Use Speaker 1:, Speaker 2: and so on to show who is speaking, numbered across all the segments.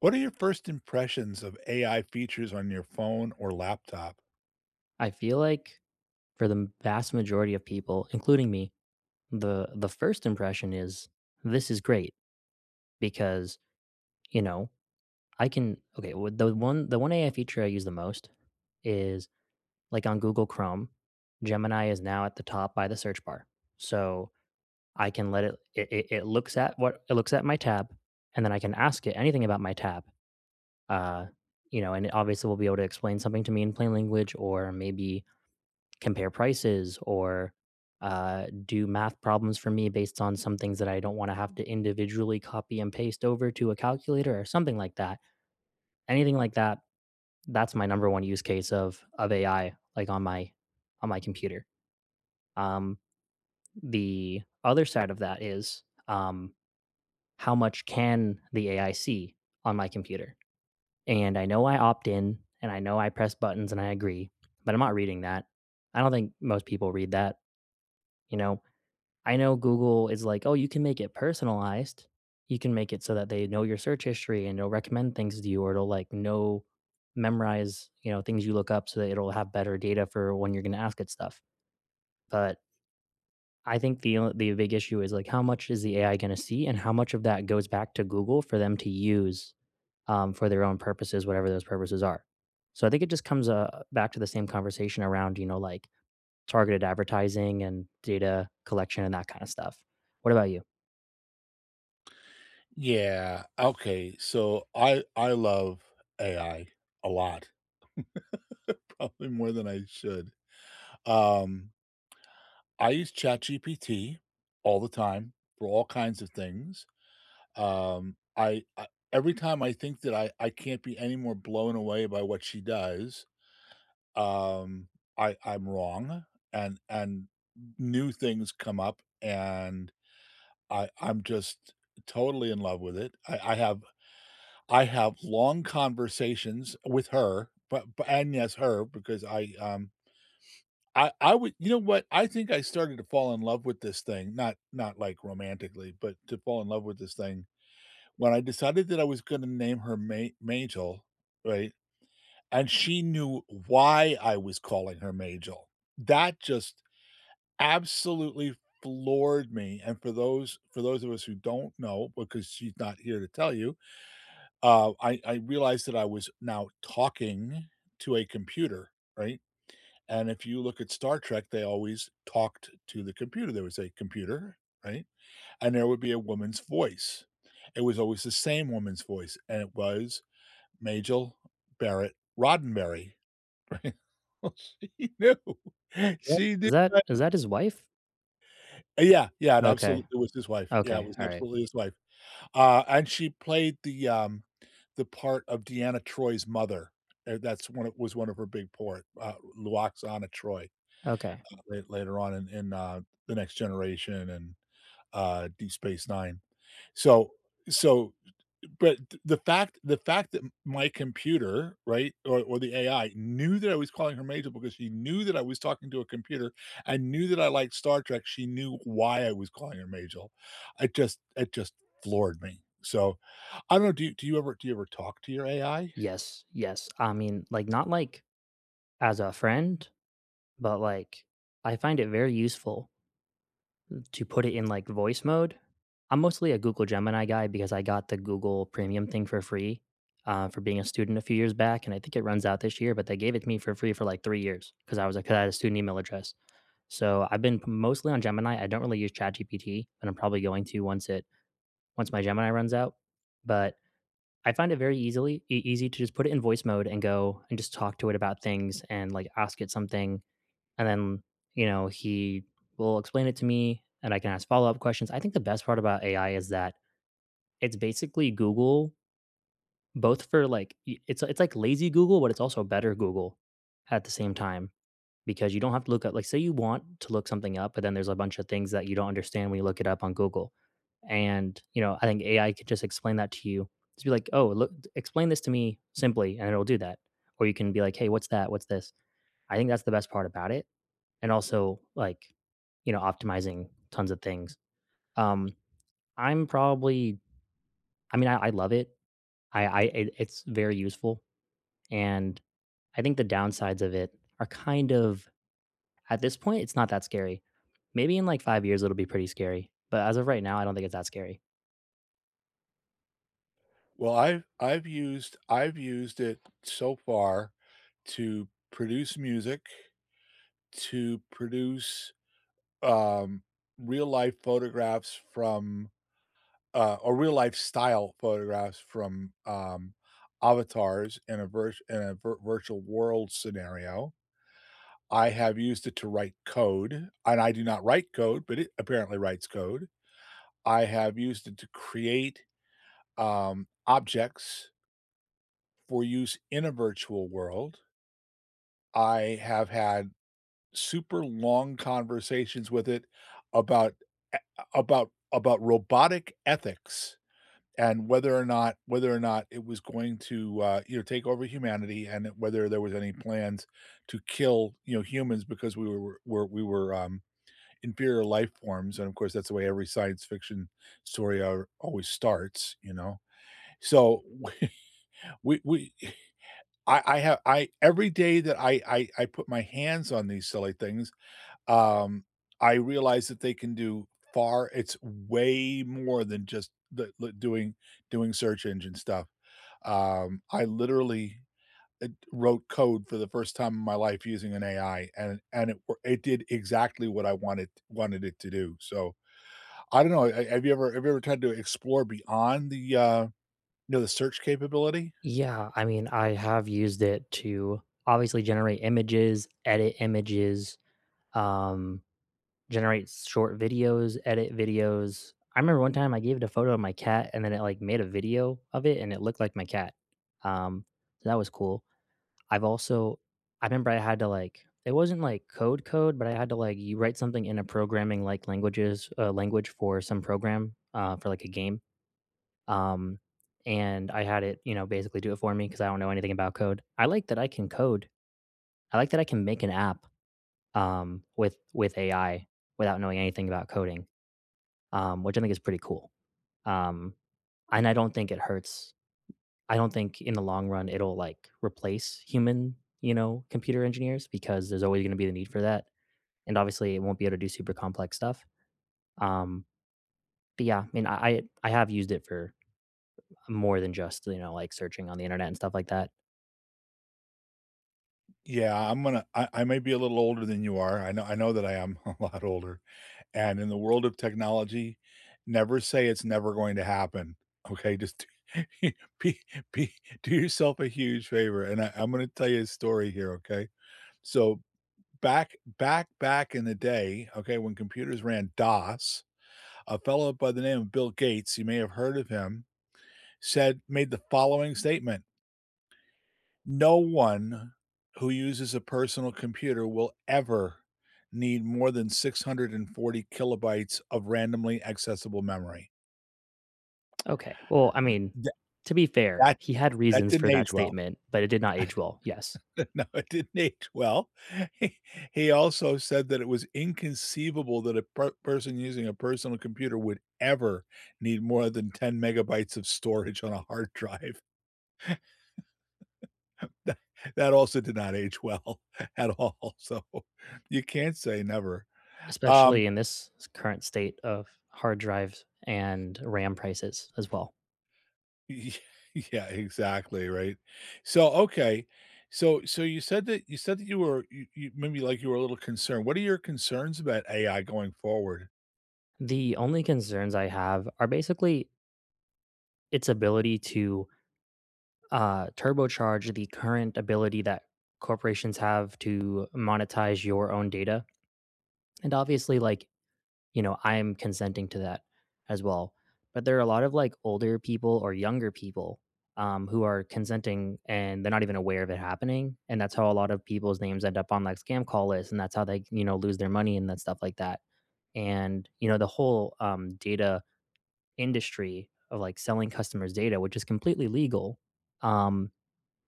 Speaker 1: What are your first impressions of AI features on your phone or laptop?
Speaker 2: I feel like for the vast majority of people, including me, the first impression is this is great because you know I can. Okay, with the one AI feature I use the most is like on Google Chrome, Gemini is now at the top by the search bar, so I can let it looks at my tab, and then I can ask it anything about my tab. Uh, and it obviously will be able to explain something to me in plain language, or maybe compare prices or do math problems for me based on some things that I don't want to have to individually copy and paste over to a calculator or something like that. Anything like that, that's my number one use case of AI, like on my computer. Um, the other side of that is how much can the AI see on my computer? And I know I opt in and I know I press buttons and I agree, but I'm not reading that. I don't think most people read that. You know, I know Google is like, "Oh, you can make it personalized. You can make it so that they know your search history and it'll recommend things to you or it'll like know memorize, things you look up so that it'll have better data for when you're gonna ask it stuff." But I think the big issue is, like, how much is the AI gonna see and how much of that goes back to Google for them to use, for their own purposes, whatever those purposes are. So I think it just comes, back to the same conversation around, like, targeted advertising and data collection and that kinda stuff. What about you?
Speaker 1: Yeah. Okay. So I love AI a lot, probably more than I should. Um, I use ChatGPT all the time for all kinds of things. I Every time I think that I can't be any more blown away by what she does, um, I'm wrong, and new things come up, and I'm just totally in love with it. I have long conversations with her, but and yes, her, because I would. You know what? I think I started to fall in love with this thing, not like romantically, but to fall in love with this thing when I decided that I was gonna name her Ma Majel, right? And she knew why I was calling her Majel. That just absolutely floored me, and for those of us who don't know, because she's not here to tell you, I realized that I was now talking to a computer, right? And if you look at Star Trek, they always talked to the computer. There was a computer, right? And there would be a woman's voice. It was always the same woman's voice, and it was Majel Barrett Roddenberry, right? Well, she knew.
Speaker 2: Yep.
Speaker 1: She knew.
Speaker 2: Is that his wife?
Speaker 1: Yeah, yeah, it
Speaker 2: Okay.
Speaker 1: absolutely was his wife. Yeah, it
Speaker 2: Okay.
Speaker 1: was
Speaker 2: Alright.
Speaker 1: absolutely his wife. And she played the part of Deanna Troy's mother, and that's one of was one of her big part, Luoxana Troy,
Speaker 2: Okay.
Speaker 1: la later on in The Next Generation and, Deep Space Nine. So so the fact that my computer, right, or the ai knew that I was calling her major because she knew that I was talking to a computer and knew that I liked star trek, she knew why I was calling her major. It just floored me. So I don't know, do you ever talk to your ai?
Speaker 2: Yes. Yes. I mean, like, not, like, as a friend, but, like, I find it very useful to put it in, like, voice mode. I'm mostly a Google Gemini guy because I got the Google Premium thing for free, for being a student a few years back, and I think it runs out this year, but they gave it to me for free for, like, 3 years because I was a 'cause I had a student email address. So, I've been p mostly on Gemini. I don't really use ChatGPT, and I'm probably going to once my Gemini runs out, but I find it very easily easy to just put it in voice mode and go and just talk to it about things and like ask it something and then, he will explain it to me and I can ask follow-up questions. I think the best part about AI is that it's basically Google both for it's like lazy Google, but it's also better Google at the same time because you don't have to look up like say you want to look something up, but then there's a bunch of things that you don't understand when you look it up on Google. And, I think AI could just explain that to you. Just be like, "Oh, look explain this to me simply," and it'll do that. Or you can be like, "Hey, what's that? What's this?" I think that's the best part about it. And also like, optimizing tons of things. Um, I'm probably I mean, I love it. I it, it's very useful. And I think the downsides of it are kind of. At this point, it's not that scary. Maybe in like 5 years, it'll be pretty scary. But as of right now, I don't think it's that scary.
Speaker 1: Well I've used I've used it so far to produce music, to produce um real life photographs from or real life style photographs from avatars in a, virtual world scenario. I have used it to write code, and I do not write code, but it apparently writes code. I have used it to create objects for use in a virtual world. I have had super long conversations with it about e- about robotic ethics and whether or not it was going to, you know, take over humanity and whether there was any plans to kill, you know, humans because we were, inferior life forms, and, of course, that's the way every science fiction story al always starts, you know? So, we I have I every day that I put my hands on these silly things, um, I realize that they can do far it's way more than just the doing doing search engine stuff. I literally, wrote code for the first time in my life using an AI, and it did exactly what I wanted it to do. So, I don't know, ha have you ever tried to explore beyond the, you know, the search capability?
Speaker 2: Yeah, I mean, I have used it to obviously generate images, edit images, um, generate short videos, edit videos. I remember one time I gave it a photo of my cat, and then it like made a video of it, and it looked like my cat. Um, so that was cool. I've also I remember I had to, it wasn't, like, code code, but I had to, like you write something in a programming, like, language for some program, for, like, a game, um, and I had it, basically do it for me because I don't know anything about code. I like that I can code. I like that I can make an app, with AI without knowing anything about coding, which I think is pretty cool, um, and I don't think it hurts. I don't think in the long run it'll like replace human, computer engineers because there's always going to be the need for that, and obviously it won't be able to do super complex stuff. Um, but yeah, I mean, I have used it for more than just you know like searching on the internet and stuff like that.
Speaker 1: Yeah, I'm gonna. I may be a little older than you are. I know that I am a lot older, and in the world of technology, never say it's never going to happen, okay? Just be be do yourself a huge favor, and I'm gonna tell you a story here, okay? So back in the day, okay, when computers ran DOS, a fellow by the name of Bill Gates, you may have heard of him, said made the following statement: "No one who uses a personal computer will ever need more than 640 kilobytes of randomly accessible memory."
Speaker 2: Okay, well, I
Speaker 1: Th
Speaker 2: mean,
Speaker 1: that
Speaker 2: to be fair,
Speaker 1: that
Speaker 2: he had
Speaker 1: That
Speaker 2: reasons
Speaker 1: didn't
Speaker 2: for that
Speaker 1: age well.
Speaker 2: statement, but it did not age well. Yes,
Speaker 1: No, it didn't age well. He he also said that it was inconceivable that a person using a personal computer would ever need more than 10 megabytes of storage on a hard drive. That that also did not age well at all, so you can't say never. Um,
Speaker 2: especially in this current state of hard drives and RAM prices as well.
Speaker 1: y Yeah, exactly, right? So, okay, you said that you were you maybe, like, you were a little concerned. What are your concerns about AI going forward?
Speaker 2: The only concerns I have are basically its ability to turbocharge the current ability that corporations have to monetize your own data. And obviously, like, I'm consenting to that as well. But there are a lot of like older people or younger people who are consenting and they're not even aware of it happening. And that's how a lot of people's names end up on like scam call lists. And that's how they, lose their money and that stuff like that. And, the whole data industry of like selling customers data, which is completely legal. Um,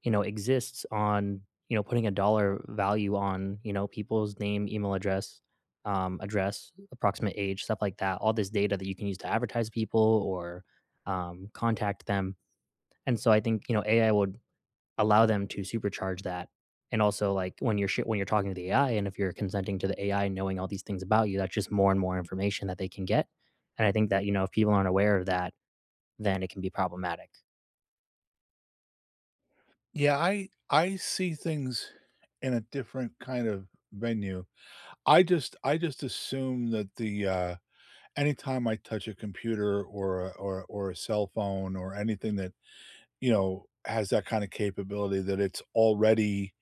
Speaker 2: exists on, putting a dollar value on, people's name, email address, address, approximate age, stuff like that. All this data that you can use to advertise people or contact them. And so I think, AI would allow them to supercharge that. And also like when you're when you're talking to the AI and if you're consenting to the AI knowing all these things about you, that's just more and more information that they can get. And I think that, if people aren't aware of that, then it can be problematic.
Speaker 1: Yeah, I see things in a different kind of venue. I just assume that the anytime I touch a computer or a cell phone or anything that, you know, has that kind of capability, that it's already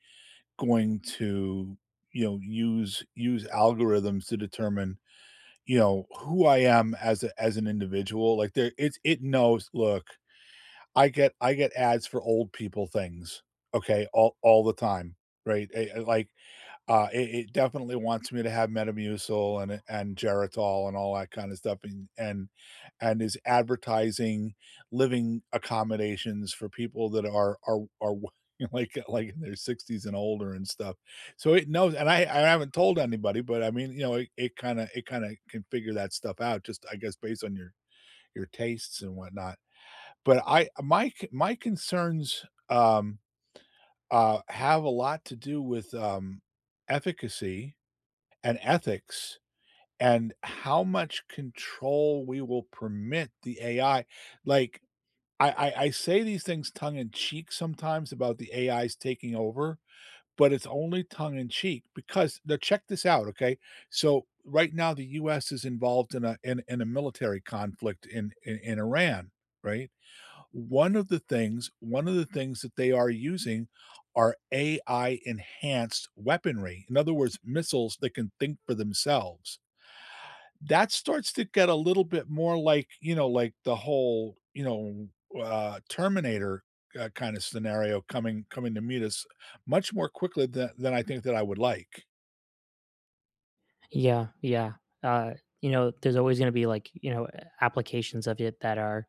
Speaker 1: going to, you know, use algorithms to determine, you know, who I am as a as an individual. Like there It's, it knows, look, I get ads for old people things, okay, all the time, right? It definitely wants me to have Metamucil and Geritol and all that kinda stuff and is advertising living accommodations for people that are w like in their 60s and older and stuff. So it knows, and I haven't told anybody, but I mean, you know, it it kinda can figure that stuff out just, I guess, based on your tastes and whatnot. But I My my concerns, have a lot to do with, efficacy and ethics and how much control we will permit the AI. Like, I say these things tongue in cheek sometimes about the AIs taking over, but it's only tongue in cheek because now check this out, okay? So, right now, the US is involved in a in in a military conflict in Iran, right? One of the things that they are using are AI enhanced weaponry. In other words, missiles that can think for themselves. That starts to get a little bit more like, you know, like the whole, you know, Terminator, kinda scenario coming to meet us much more quickly than I think that I would like.
Speaker 2: Yeah, yeah. Uh, there's always going to be like, applications of it that are,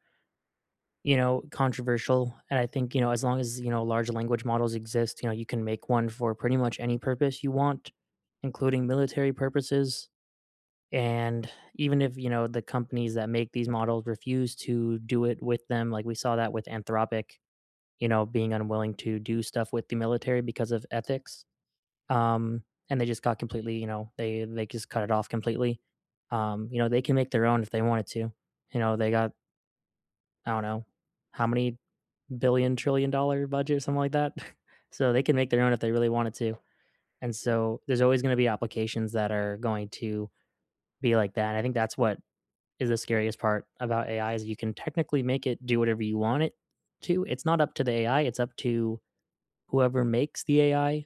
Speaker 2: controversial. And I think, as long as, large language models exist, you can make one for pretty much any purpose you want, including military purposes. And even if, the companies that make these models refuse to do it with them, like we saw that with Anthropic, being unwilling to do stuff with the military because of ethics um, and they just got completely, they just cut it off completely. They can make their own if they wanted to. They got I don't know how many billion trillion dollar budget, or something like that. So they can make their own if they really wanted to. And so there's always going to be applications that are going to be like that. And I think that's what is the scariest part about AI is you can technically make it do whatever you want it to. It's not up to the AI, it's up to whoever makes the AI.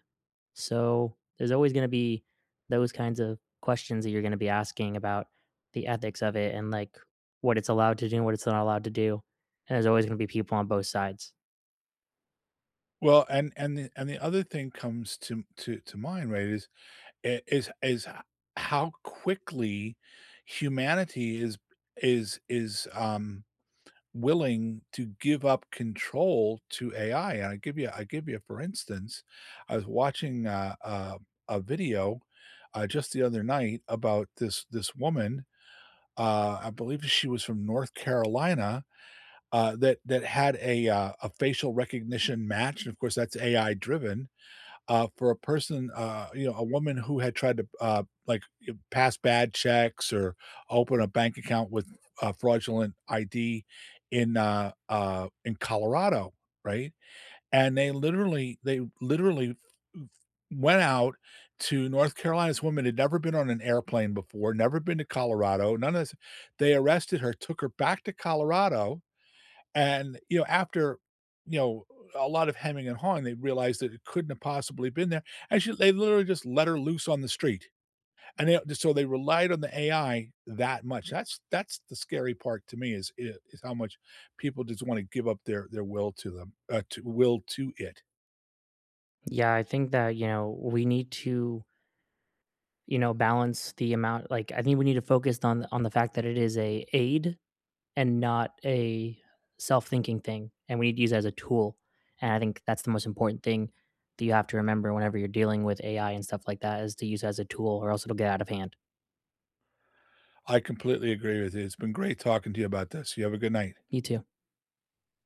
Speaker 2: So there's always going to be those kinds of questions that you're going to be asking about the ethics of it and like what it's allowed to do and what it's not allowed to do. And there's always going to be people on both sides.
Speaker 1: Well, and the other thing comes to mind, right, is how quickly humanity is willing to give up control to AI. And I give you, for instance, I was watching a video just the other night about this woman. I believe she was from North Carolina. That had a facial recognition match, and of course that's AI driven, for a person, you know, a woman who had tried to, like, y pass bad checks or open a bank account with a fraudulent ID in Colorado, right? And they literally went out to North Carolina. This woman had never been on an airplane before, never been to Colorado, none of this. They arrested her, took her back to Colorado and, you know, after, you know, a lot of hemming and hawing, they realized that it couldn't have possibly been there. And she they literally just let her loose on the street. And they so They relied on the AI that much. That's the scary part to me is how much people just want to give up their will to them, to it.
Speaker 2: Yeah, I think that, we need to, balance the amount. I think we need to focus on the fact that it is a aid and not a self-thinking thing and we need to use it as a tool. And I think that's the most important thing that you have to remember whenever you're dealing with AI and stuff like that is to use it as a tool or else it'll get out of hand.
Speaker 1: I completely agree with you. It's been great talking to you about this. You have a good night.
Speaker 2: You too.